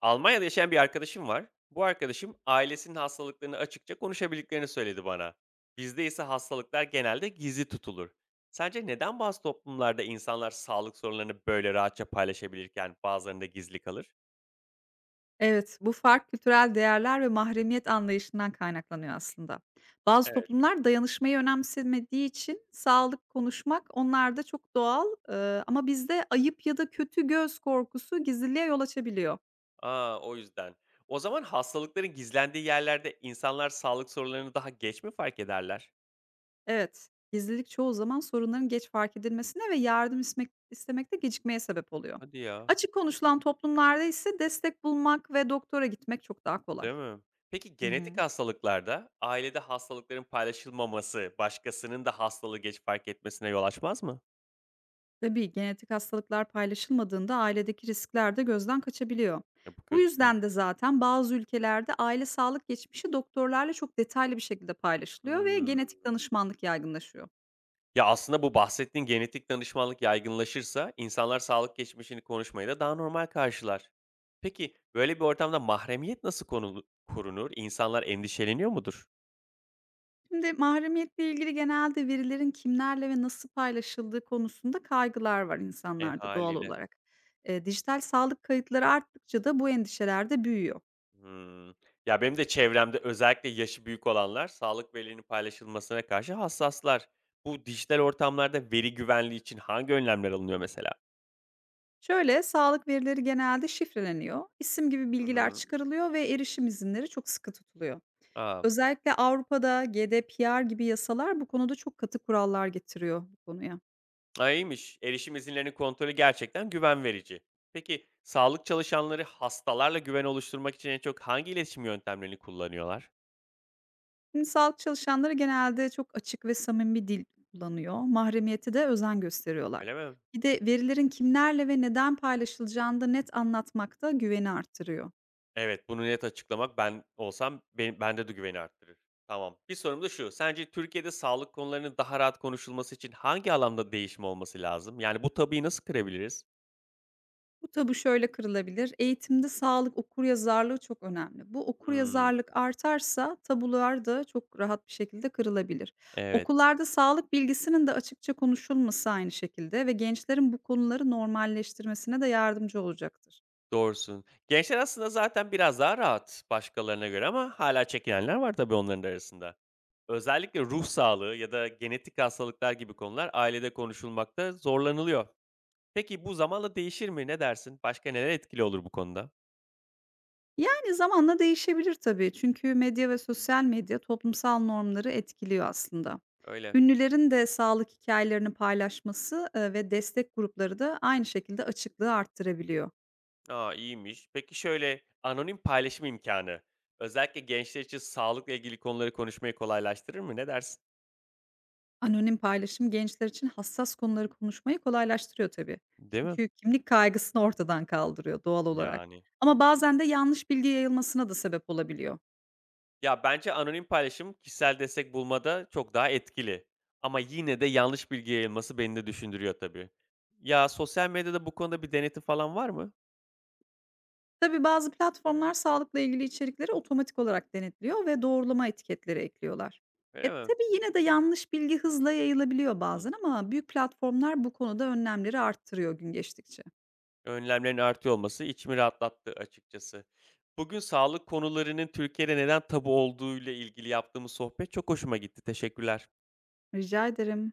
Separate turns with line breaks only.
Almanya'da yaşayan bir arkadaşım var. Bu arkadaşım ailesinin hastalıklarını açıkça konuşabildiklerini söyledi bana. Bizde ise hastalıklar genelde gizli tutulur. Sence neden bazı toplumlarda insanlar sağlık sorunlarını böyle rahatça paylaşabilirken bazılarında gizli kalır?
Evet, bu fark kültürel değerler ve mahremiyet anlayışından kaynaklanıyor aslında. Bazı
Evet.
toplumlar dayanışmayı önemsemediği için sağlık konuşmak onlarda çok doğal ama bizde ayıp ya da kötü göz korkusu gizliliğe yol açabiliyor.
Aa, o yüzden. O zaman hastalıkların gizlendiği yerlerde insanlar sağlık sorunlarını daha geç mi fark ederler?
Evet, gizlilik çoğu zaman sorunların geç fark edilmesine ve yardım istemekte gecikmeye sebep oluyor.
Hadi ya.
Açık konuşulan toplumlarda ise destek bulmak ve doktora gitmek çok daha kolay.
Değil mi? Peki
Hı hı.
genetik hastalıklarda ailede hastalıkların paylaşılmaması başkasının da hastalığı geç fark etmesine yol açmaz mı?
Tabii genetik hastalıklar paylaşılmadığında ailedeki riskler de gözden kaçabiliyor.
Ya, bu
Bu
kötü.
yüzden de zaten bazı ülkelerde aile sağlık geçmişi doktorlarla çok detaylı bir şekilde paylaşılıyor ve
Hımm.
genetik danışmanlık yaygınlaşıyor.
Ya, aslında bu bahsettiğin genetik danışmanlık yaygınlaşırsa insanlar sağlık geçmişini konuşmayı da daha normal karşılar. Peki, böyle bir ortamda mahremiyet nasıl konulu korunur? İnsanlar endişeleniyor mudur?
Şimdi mahremiyetle ilgili genelde verilerin kimlerle ve nasıl paylaşıldığı konusunda kaygılar var
E,
insanlarda doğal
hâliyle.
olarak. E, dijital sağlık kayıtları arttıkça da bu endişeler de büyüyor.
Hımm. Ya, benim de çevremde özellikle yaşı büyük olanlar sağlık verilerinin paylaşılmasına karşı hassaslar. Bu dijital ortamlarda veri güvenliği için hangi önlemler alınıyor mesela?
Şöyle, sağlık verileri genelde şifreleniyor, isim gibi
Hı
bilgiler
hı.
çıkarılıyor ve erişim izinleri çok sıkı tutuluyor.
A!
Özellikle Avrupa'da GDPR gibi yasalar bu konuda çok katı kurallar getiriyor bu konuya.
A, iyiymiş. Erişim izinlerinin kontrolü gerçekten güven verici. Peki sağlık çalışanları hastalarla güven oluşturmak için en çok hangi iletişim yöntemlerini kullanıyorlar?
Şimdi sağlık çalışanları genelde çok açık ve samimi bir dil kullanıyor. Mahremiyete de özen gösteriyorlar.
Öyle mi?
Bir de verilerin kimlerle ve neden paylaşılacağını da net anlatmak da güveni arttırıyor.
Evet, bunu net açıklamak ben olsam, bende de güveni arttırır. Tamam. Bir sorum da şu. Sence Türkiye'de sağlık konularının daha rahat konuşulması için hangi alanda değişim olması lazım? Yani bu tabuyu nasıl kırabiliriz?
Bu tabu şöyle kırılabilir. Eğitimde sağlık okuryazarlığı çok önemli. Bu
Hmm,
okuryazarlık artarsa tabular da çok rahat bir şekilde kırılabilir.
evet.
Okullarda sağlık bilgisinin de açıkça konuşulması aynı şekilde ve gençlerin bu konuları normalleştirmesine de yardımcı olacaktır.
Doğrusun. Gençler aslında zaten biraz daha rahat başkalarına göre ama hala çekinenler var tabii onların da arasında. Özellikle ruh sağlığı ya da genetik hastalıklar gibi konular ailede konuşulmakta zorlanılıyor. Peki bu zamanla değişir mi? Ne dersin? Başka neler etkili olur bu konuda?
Yani zamanla değişebilir tabii. Çünkü medya ve sosyal medya toplumsal normları etkiliyor aslında.
Öyle.
Ünlülerin de sağlık hikayelerini paylaşması ve destek grupları da aynı şekilde açıklığı arttırabiliyor.
Aa, iyiymiş. Peki şöyle anonim paylaşım imkanı özellikle gençler için sağlıkla ilgili konuları konuşmayı kolaylaştırır mı? Ne dersin?
Anonim paylaşım gençler için hassas konuları konuşmayı kolaylaştırıyor tabii.
Değil mi?
Çünkü kimlik kaygısını ortadan kaldırıyor doğal olarak.
Yani.
Ama bazen de yanlış bilgi yayılmasına da sebep olabiliyor.
Ya bence anonim paylaşım kişisel destek bulmada çok daha etkili. Ama yine de yanlış bilgi yayılması beni de düşündürüyor tabii. Ya sosyal medyada bu konuda bir denetim falan var mı?
Tabii bazı platformlar sağlıkla ilgili içerikleri otomatik olarak denetliyor ve doğrulama etiketleri ekliyorlar. E
Öyle mi?
tabii yine de yanlış bilgi hızla yayılabiliyor bazen ama büyük platformlar bu konuda önlemleri arttırıyor gün geçtikçe.
Önlemlerin artıyor olması içimi rahatlattı açıkçası. Bugün sağlık konularının Türkiye'de neden tabu olduğuyla ilgili yaptığımız sohbet çok hoşuma gitti. Teşekkürler.
Rica ederim.